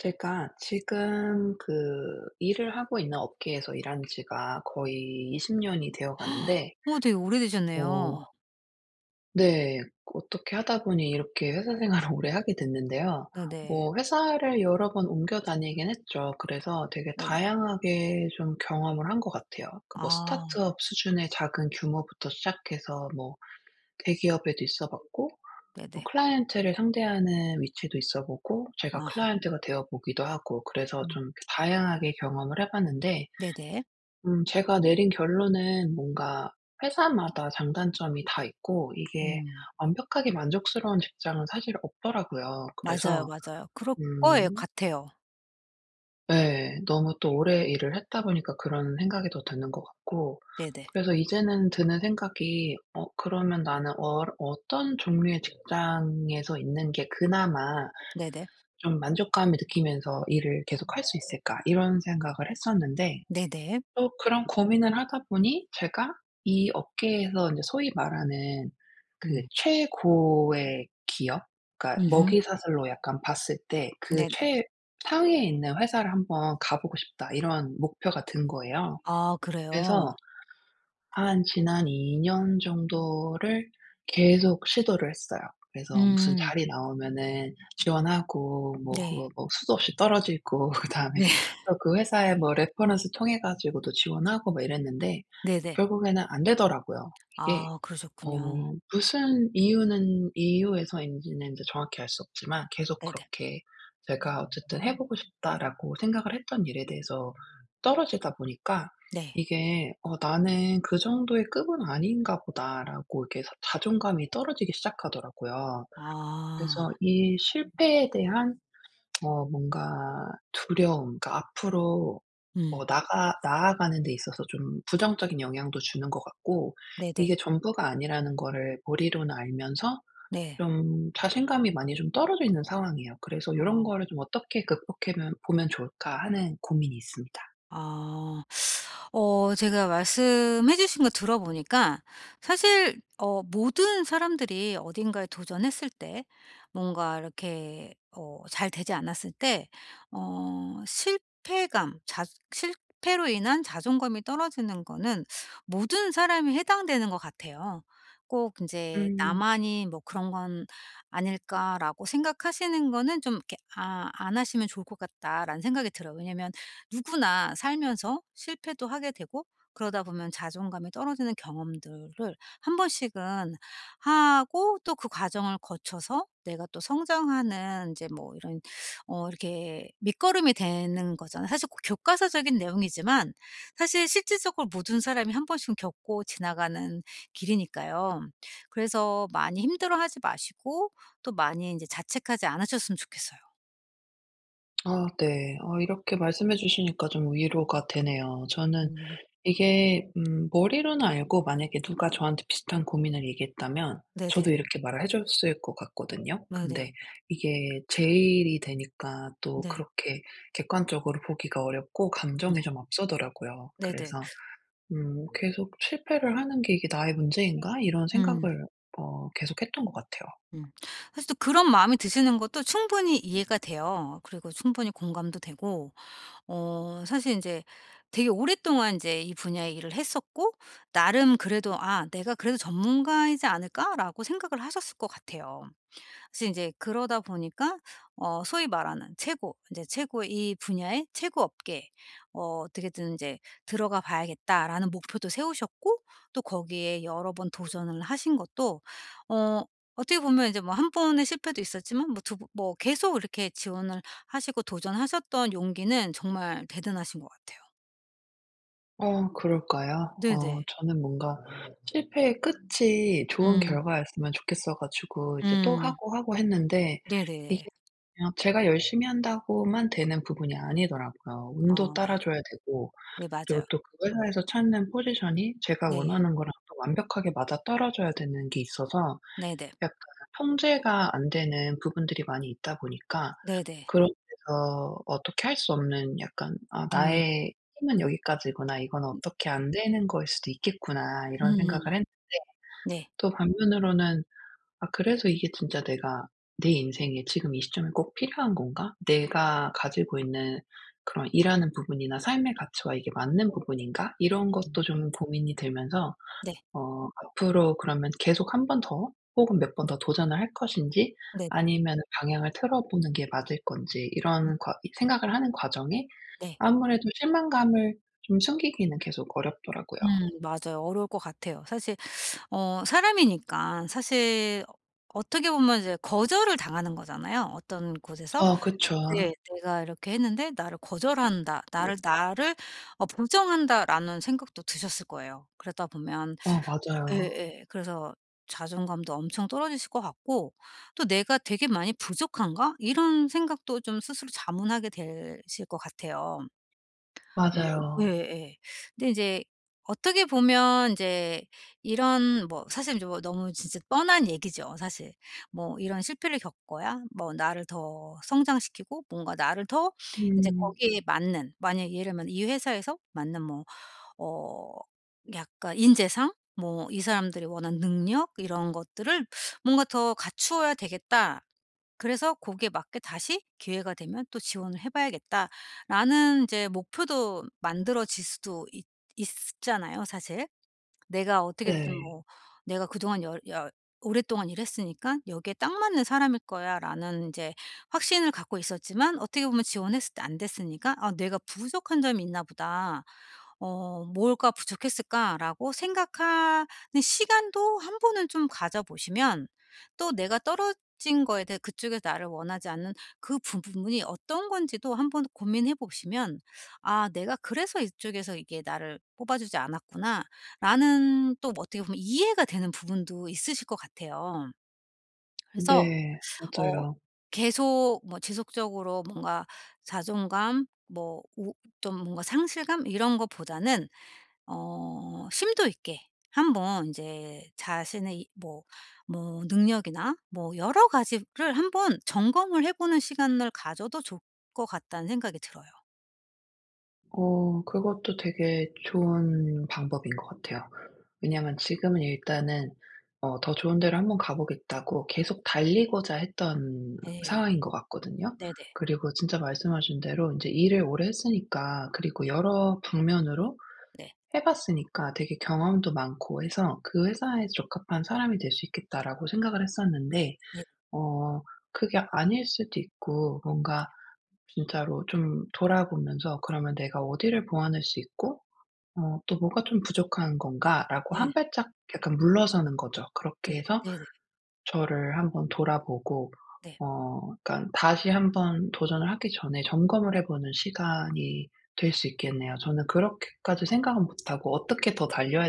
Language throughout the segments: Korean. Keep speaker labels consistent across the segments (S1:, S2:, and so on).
S1: 제가 지금 그 일을 하고 있는 업계에서 일한 지가 거의 20년 년이 되어 가는데
S2: 되게 오래되셨네요.
S1: 어 네. 어떻게 하다 보니 이렇게 회사 생활을 오래 하게 됐는데요.
S2: 네네.
S1: 뭐 회사를 여러 번 옮겨 다니긴 했죠. 그래서 되게
S2: 네네.
S1: 다양하게 좀 경험을 한 것 같아요. 그 뭐
S2: 아
S1: 스타트업 수준의 작은 규모부터 시작해서 뭐 대기업에도 있어 봤고
S2: 네네.
S1: 클라이언트를 상대하는 위치도 있어 보고 제가
S2: 아
S1: 클라이언트가 되어 보기도 하고 그래서
S2: 음.
S1: 좀 다양하게 경험을 해 봤는데
S2: 네네.
S1: 제가 내린 결론은 뭔가 회사마다 장단점이 다 있고 이게
S2: 음.
S1: 완벽하게 만족스러운 직장은 사실 없더라고요.
S2: 맞아요,
S1: 그래서
S2: 맞아요. 그럴 거예요
S1: 음
S2: 같아요.
S1: 네, 너무 또 오래 일을 했다 보니까 그런 생각이 더 드는 것 같고,
S2: 네네.
S1: 그래서 이제는 드는 생각이 그러면 나는 어떤 종류의 직장에서 있는 게 그나마
S2: 네네.
S1: 좀 만족감을 느끼면서 일을 계속할 수 있을까?' 이런 생각을 했었는데,
S2: 네네.
S1: 또 그런 고민을 하다 보니 제가 이 업계에서 인제 소위 말하는 그
S2: 음.
S1: 최고의 기업, 그러니까
S2: 음음.
S1: 먹이사슬로 약간 봤을 때 그
S2: 네네.
S1: 최 상위에 있는 회사를 '한번 가 보고 싶다.' 이런 목표가 든 거예요.
S2: 아 그래요?
S1: 그래서 한 지난 2년 정도를 계속 시도를 했어요. 그래서 무슨
S2: 음.
S1: 자리 나오면은 지원하고 뭐
S2: 네.
S1: 그거 뭐 수도 없이 떨어지고 그다음에
S2: 네.
S1: 또 그 회사에 뭐 레퍼런스 통해 가지고도 지원하고 막 이랬는데
S2: 네네.
S1: 결국에는 안 되더라고요, 이게.
S2: 아 그러셨군요.
S1: 어 무슨 이유는 이유에서인지는 제 정확히 알 수 없지만 계속
S2: 네네.
S1: 그렇게 제가 어쨌든 '해 보고 싶다.'라고 생각을 했던 일에 대해서 떨어지다 보니까
S2: 네.
S1: 이게 나는 그 정도의 급은 아닌가 보다.'라고 이렇게 자 자존감이 떨어지기 시작하더라고요. 그래서
S2: 아.
S1: 이 실패에 대한 뭔가 두려움, 그러니까 앞으로
S2: 음.
S1: 나가 나아가는 데 있어서 좀 부정적인 영향도 주는 것 같고,
S2: 네네.
S1: 이게 전부가 아니라는 거를 머리로는 알면서
S2: 네.
S1: 좀 자신감이 많이 좀 떨어져 있는 상황이에요. 그래서 이런
S2: 아.
S1: 거를 좀 어떻게 극복해면 보면 좋을까 하는 고민이 있습니다.
S2: 아. 제가 말씀해 주신 거 들어보니까 사실 모든 사람들이 어딘가에 도전했을 때 뭔가 이렇게 잘 되지 않았을 때 어 실패감 자 실패로 인한 자존감이 떨어지는 거는 모든 사람이 해당되는 것 같아요. 꼭 이제
S1: 음.
S2: '나만이 뭐 그런 건 아닐까.'라고 생각하시는 거는 좀 이렇게 안 하시면 좋을 것 같다라는 생각이 들어요. 왜냐면 누구나 살면서 실패도 하게 되고 그러다 보면 자존감이 떨어지는 경험들을 한 번씩은 하고 또 그 과정을 거쳐서 내가 또 성장하는 이제 뭐 이런 이렇게 밑거름이 되는 거잖아요. 사실 꼭 교과서적인 내용이지만 사실 실질적으로 모든 사람이 한 번씩은 겪고 지나가는 길이니까요. 그래서 많이 힘들어하지 마시고 또 많이 이제 자책하지 않으셨으면 좋겠어요.
S1: 아 네. 이렇게 말씀해 주시니까 좀 위로가 되네요. 저는
S2: 음.
S1: 이게 머리로는 알고, 만약에 누가 저한테 비슷한 고민을 얘기했다면
S2: 네네.
S1: 저도 이렇게 말을 해 줬을 것 같거든요. 근데
S2: 네네네.
S1: 이게 제 일이 되니까 또
S2: 네.
S1: 그렇게 객관적으로 보기가 어렵고
S2: 네.
S1: 감정이 좀 앞서더라고요.
S2: 네네.
S1: 그래서 계속 '실패를 하는 게 이게 나의 문제인가?' 이런
S2: 음.
S1: 생각을 계속했던 것 같아요.
S2: 음. 사실 또 그런 마음이 드시는 것도 충분히 이해가 돼요. 그리고 충분히 공감도 되고 사실 이제 되게 오랫동안 이제 이 분야의 일을 했었고 나름 그래도 '아 내가 그래도 전문가이지 않을까?'라고 생각을 하셨을 것 같아요. 그래서 이제 그러다 보니까 소위 말하는 최고 이제 최고 이 분야의 최고 업계에 어떻게든 이제 '들어가 봐야겠다.'라는 목표도 세우셨고 또 거기에 여러 번 도전을 하신 것도 어 어떻게 보면 이제 뭐 한 번의 실패도 있었지만 뭐 두 번 뭐 계속 이렇게 지원을 하시고 도전하셨던 용기는 정말 대단하신 것 같아요.
S1: 그럴까요?
S2: 네네.
S1: 저는 뭔가 실패의 끝이 좋은
S2: 음.
S1: 결과였으면 좋겠어 가지고 이제 또
S2: 음.
S1: 하고 하고 했는데 이게
S2: 네네.
S1: 그냥 제가 열심히 한다고만 되는 부분이 아니더라고요. 운도
S2: 예.
S1: 따라줘야 되고,
S2: 네
S1: 그리고
S2: 맞아요.
S1: 또 그 회사에서 찾는 포지션이 제가
S2: 네.
S1: 원하는 거랑 또 완벽하게 맞아떨어져야 되는 게 있어서
S2: 네네.
S1: 약간 통제가 안 되는 부분들이 많이 있다 보니까
S2: 네네.
S1: 그런 데서 어떻게 할 수 없는 약간 '아
S2: 음.
S1: 나의 힘은 여기까지구나. 이건
S2: 음.
S1: 어떻게 안 되는 거일 수도 있겠구나.' 이런 생각을
S2: 음.
S1: 했는데,
S2: 네.
S1: 또 반면으로는 '아 그래서 이게 진짜 내가 내 인생에 지금 이 시점에 꼭 필요한 건가? 내가 가지고 있는 그런 일하는 부분이나 삶의 가치와 이게 맞는 부분인가?' 이런 것도 좀 고민이 들면서
S2: 네.
S1: 앞으로 그러면 계속 한 번 더 혹은 몇 번 더 도전을 할 것인지,
S2: 네.
S1: 아니면 방향을 틀어 보는 게 맞을 건지 이런 과 생각을 하는 과정에
S2: 네.
S1: 아무래도 실망감을 좀 숨기기는 계속 어렵더라고요.
S2: 음 맞아요. 어려울 것 같아요. 사실 사람이니까 사실 어떻게 보면 이제 거절을 당하는 거잖아요. 어떤 곳에서
S1: 아
S2: 네
S1: 그쵸.
S2: '내가 이렇게 했는데 나를 거절한다. 나를 나를 부정한다.'라는 생각도 드셨을 거예요. 그러다 보면
S1: 아 맞아요.
S2: 예예. 그래서 자존감도 엄청 떨어지실 것 같고 또 '내가 되게 많이 부족한가?' 이런 생각도 좀 스스로 자문하게 되실 것 같아요. 어
S1: 맞아요.
S2: 예예. 근데 인제 어떻게 보면 인제 이런 뭐 사실 인제 뭐 너무 진짜 뻔한 얘기죠 사실. 뭐 이런 실패를 겪어야 뭐 나를 더 성장시키고 뭔가 나를 더 인제
S1: 음.
S2: 거기에 맞는 만약에 예를 들면 이 회사에서 맞는 뭐 어 약간 인재상 뭐 '이 사람들이 원하는 능력 이런 것들을 뭔가 더 갖추어야 되겠다. 그래서 거기에 맞게 다시 기회가 되면 또 지원을 해 봐야겠다.'라는 이제 목표도 만들어질 수도 있 있잖아요 사실. 내가 어떻게든
S1: 네.
S2: 뭐 '내가 그동안 여 여 오랫동안 일했으니까 여기에 딱 맞는 사람일 거야.'라는 이제 확신을 갖고 있었지만 어떻게 보면 지원했을 때 안 됐으니까 '아 내가 부족한 점이 있나 보다. 뭘까 부족했을까?'라고 생각하는 시간도 한 번은 좀 가져 보시면 또 내가 떨어진 거에 대해 그쪽에서 나를 원하지 않는 그 부분이 어떤 건지도 한번 고민해 보시면 '아 내가 그래서 이쪽에서 이게 나를 뽑아 주지 않았구나.' 라는 또 뭐 어떻게 보면 이해가 되는 부분도 있으실 것 같아요. 그래서
S1: 네.
S2: 어
S1: 맞아요.
S2: 계속 뭐 지속적으로 뭔가 자존감 뭐 좀 뭔가 상실감 이런 것보다는 심도 있게 한번 인제 자신의 이 뭐 능력이나 뭐 여러 가지를 한번 점검을 해 보는 시간을 가져도 좋을 것 같다는 생각이 들어요.
S1: 그것도 되게 좋은 방법인 것 같아요. 왜냐하면 지금은 일단은 '더 좋은 데로 한번 가 보겠다.'고 계속 달리고자 했던
S2: 예.
S1: 상황인 것 같거든요.
S2: 네네.
S1: 그리고 진짜 말씀하신 대로 이제 일을 오래 했으니까,
S2: 네.
S1: 그리고 여러 방면으로
S2: 네.
S1: 해 봤으니까 되게 경험도 많고 해서 '그 회사에 적합한 사람이 될 수 있겠다.'라고 생각을 했었는데,
S2: 네.
S1: 어 그게 아닐 수도 있고, 뭔가 진짜로 좀 돌아보면서 '그러면 내가 어디를 보완할 수 있고 또 뭐가 좀 부족한 건가?'라고 한
S2: 네.
S1: 발짝 약간 물러서는 거죠. 그렇게
S2: 네.
S1: 해서
S2: 네네.
S1: 저를 한번 돌아보고
S2: 네.
S1: 그러니까 다시 한번 도전을 하기 전에 점검을 해 보는 시간이 될 수 있겠네요. 저는 그렇게까지 생각은 못 하고 어떻게 더 달려야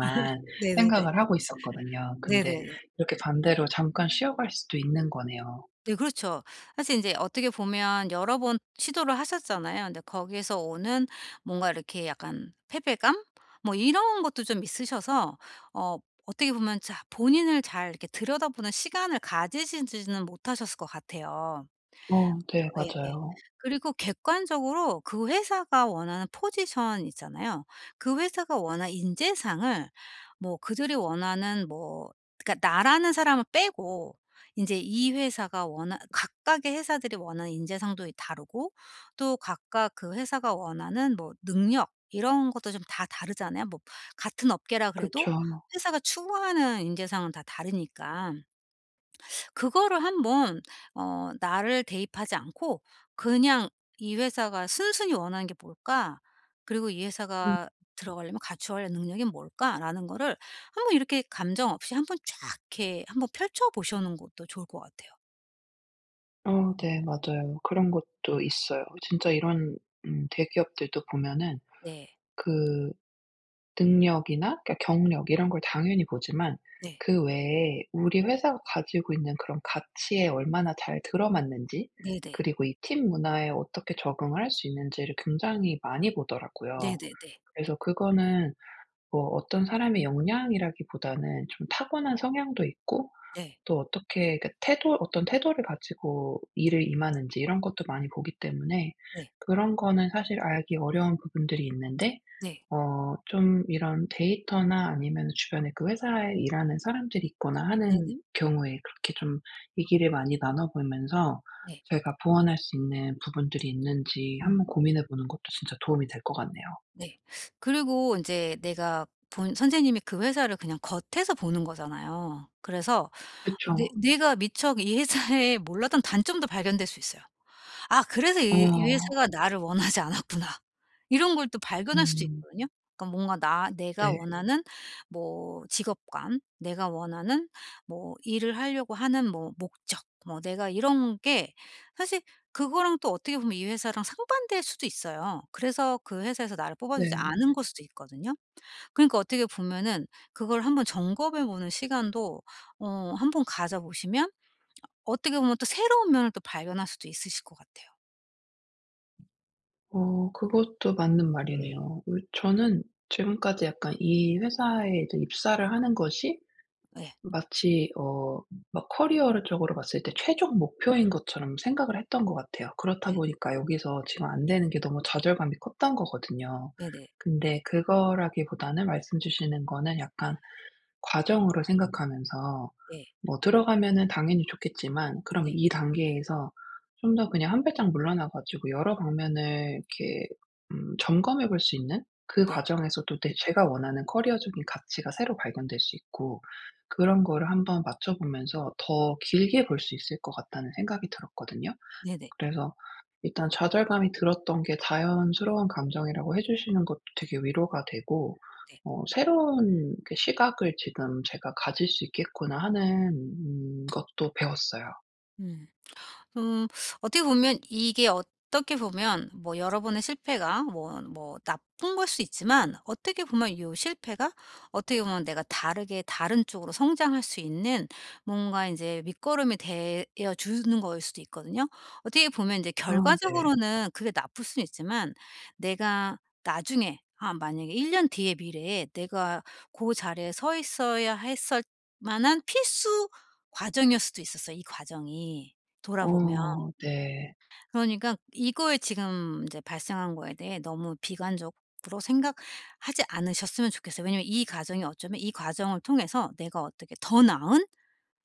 S2: 네네네.
S1: 생각을 하고 있었거든요. 근데
S2: 네네네.
S1: 이렇게 반대로 잠깐 쉬어갈 수도 있는 거네요.
S2: 네 그렇죠. 사실 인제 어떻게 보면 여러 번 시도를 하셨잖아요. 근데 거기에서 오는 뭔가 이렇게 약간 패배감 뭐 이런 것도 좀 있으셔서 어 어떻게 보면 자 본인을 잘 이렇게 들여다보는 시간을 가지시지는 못하셨을 것 같아요.
S1: 네
S2: 예예.
S1: 맞아요.
S2: 그리고 객관적으로 그 회사가 원하는 포지션 있잖아요. 그 회사가 원하는 인재상을 뭐 그들이 원하는 뭐 그러니까 나라는 사람을 빼고 인제 이 회사가 원하 각각의 회사들이 원하는 인재상도 이 다르고 또 각각 그 회사가 원하는 뭐 능력 이런 것도 좀 다 다르잖아요. 뭐 같은 업계라 그래도
S1: 그쵸.
S2: 회사가 추구하는 인재상은 다 다르니까. 그거를 한번 나를 대입하지 않고 그냥 '이 회사가 순순히 원하는 게 뭘까? 그리고 이 회사가 들어가려면 갖추어야 할 능력이 뭘까?'라는 거를 한번 이렇게 감정 없이 한번 쫙 이렇게 한번 펼쳐 보시는 것도 좋을 것 같아요.
S1: 네. 맞아요. 그런 것도 있어요. 진짜 이런 대기업들도 보면은
S2: 네.
S1: 그 능력이나, 그러니까 경력 이런 걸 당연히 보지만
S2: 네.
S1: 그 외에 우리 회사가 가지고 있는 그런 가치에 얼마나 잘 들어맞는지,
S2: 네네.
S1: 그리고 이 팀 문화에 어떻게 적응을 할 수 있는지를 굉장히 많이 보더라고요.
S2: 네네네.
S1: 그래서 그거는 뭐 어떤 사람의 역량이라기보다는 좀 타고난 성향도 있고,
S2: 네.
S1: 또 어떻게 그 태도 어떤 태도를 가지고 일을 임하는지 이런 것도 많이 보기 때문에
S2: 네.
S1: 그런 거는 사실 알기 어려운 부분들이 있는데,
S2: 네.
S1: 좀 이런 데이터나, 아니면 주변에 그 회사에 일하는 사람들이 있거나
S2: 네네.
S1: 하는 경우에 그렇게 좀 얘기를 많이 나눠
S2: 네. 네,
S1: 보면서
S2: 네, 네, 네,
S1: 저희가 보완할 수 있는 부분들이 있는지
S2: 음
S1: 한번 고민해 보는 것도 진짜 도움이 될 것 같네요.
S2: 네. 그리고 이제 내가 본 선생님이 그 회사를 그냥 겉에서 보는 거잖아요. 그래서 내
S1: 그쵸.
S2: 내가 미처 이 회사에 몰랐던 단점도 발견될 수 있어요. '아 그래서 이
S1: 어.
S2: 회사가 나를 원하지 않았구나.' 이런 걸 또 발견할 수도
S1: 음.
S2: 있거든요. 그러니까 뭔가 나 내가
S1: 네.
S2: 원하는 뭐 직업관, 내가 원하는 뭐 일을 하려고 하는 뭐 목적, 뭐 내가 이런 게 사실 그거랑 또 어떻게 보면 이 회사랑 상반될 수도 있어요. 그래서 그 회사에서 나를 뽑아주지
S1: 네.
S2: 않은 걸 수도 있거든요. 그러니까 어떻게 보면은 그걸 한번 점검해 보는 시간도 어 한번 가져 보시면 어떻게 보면 또 새로운 면을 또 발견할 수도 있으실 것 같아요.
S1: 그것도 맞는 말이네요. 저는 지금까지 약간 이 회사에 이제 입사를 하는 것이
S2: 예.
S1: 마치 막 커리어적으로 봤을 때 최종 목표인 것처럼 생각을 했던 것 같아요. 그렇다
S2: 네.
S1: 보니까 여기서 지금 안 되는 게 너무 좌절감이 컸던 거거든요.
S2: 네네.
S1: 근데 그거라기보다는 말씀 주시는 거는 약간 과정으로 생각하면서
S2: 네.
S1: 뭐 들어가면은 당연히 좋겠지만, 그럼
S2: 네.
S1: 이 단계에서 좀 더 그냥 한 발짝 물러나 가지고 여러 방면을 이렇게 점검해 볼 수 있는 그
S2: 네.
S1: 과정에서 또 내 제가 원하는 커리어적인 가치가 새로 발견될 수 있고, 그런 거를 한번 맞춰 보면서 더 길게 볼 수 있을 것 같다는 생각이 들었거든요.
S2: 네네. 네.
S1: 그래서 일단 좌절감이 들었던 게 자연스러운 감정이라고 해 주시는 것도 되게 위로가 되고,
S2: 네.
S1: 새로운 그 시각을 지금 제가 가질 수 있겠구나 하는 것도 배웠어요.
S2: 음. 음 어떻게 보면 이게 어떻게 보면 뭐 여러분의 실패가 뭐 나쁜 걸 수 있지만 어떻게 보면 이 실패가 어떻게 보면 내가 다르게 다른 쪽으로 성장할 수 있는 뭔가 이제 밑거름이 되어 주는 거일 수도 있거든요. 어떻게 보면 이제
S1: 아 네.
S2: 결과적으로는 그게 나쁠 수는 있지만 내가 나중에 만약에 1년 뒤의 미래에 내가 그 자리에 서 있어야 했을 만한 필수 과정이었을 수도 있었어요, 이 과정이. 돌아보면.
S1: 네.
S2: 그러니까 이거에 지금 이제 발생한 거에 대해 너무 비관적으로 생각하지 않으셨으면 좋겠어요. 왜냐면 이 과정이 어쩌면 이 과정을 통해서 내가 어떻게 더 나은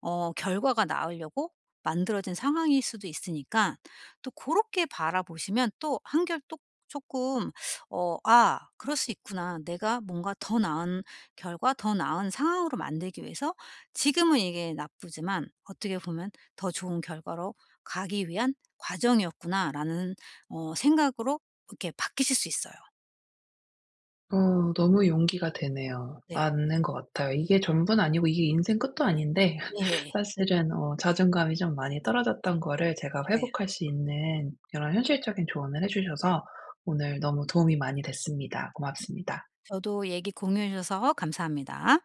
S2: 결과가 나으려고 만들어진 상황일 수도 있으니까 또 그렇게 바라보시면 또 한결 또 조금 '아 그럴 수 있구나. 내가 뭔가 더 나은 결과 더 나은 상황으로 만들기 위해서 지금은 이게 나쁘지만 어떻게 보면 더 좋은 결과로 가기 위한 과정이었구나.'라는 생각으로 이렇게 바뀌실 수 있어요.
S1: 너무 용기가 되네요.
S2: 네.
S1: 맞는 것 같아요. 이게 전부는 아니고 이게 인생 끝도 아닌데
S2: 네.
S1: 사실은, 자존감이 좀 많이 떨어졌던 거를 제가
S2: 네.
S1: 회복할 수 있는 이런 현실적인 조언을 해 주셔서 오늘 너무 도움이 많이 됐습니다. 고맙습니다.
S2: 저도 얘기 공유해 주셔서 감사합니다.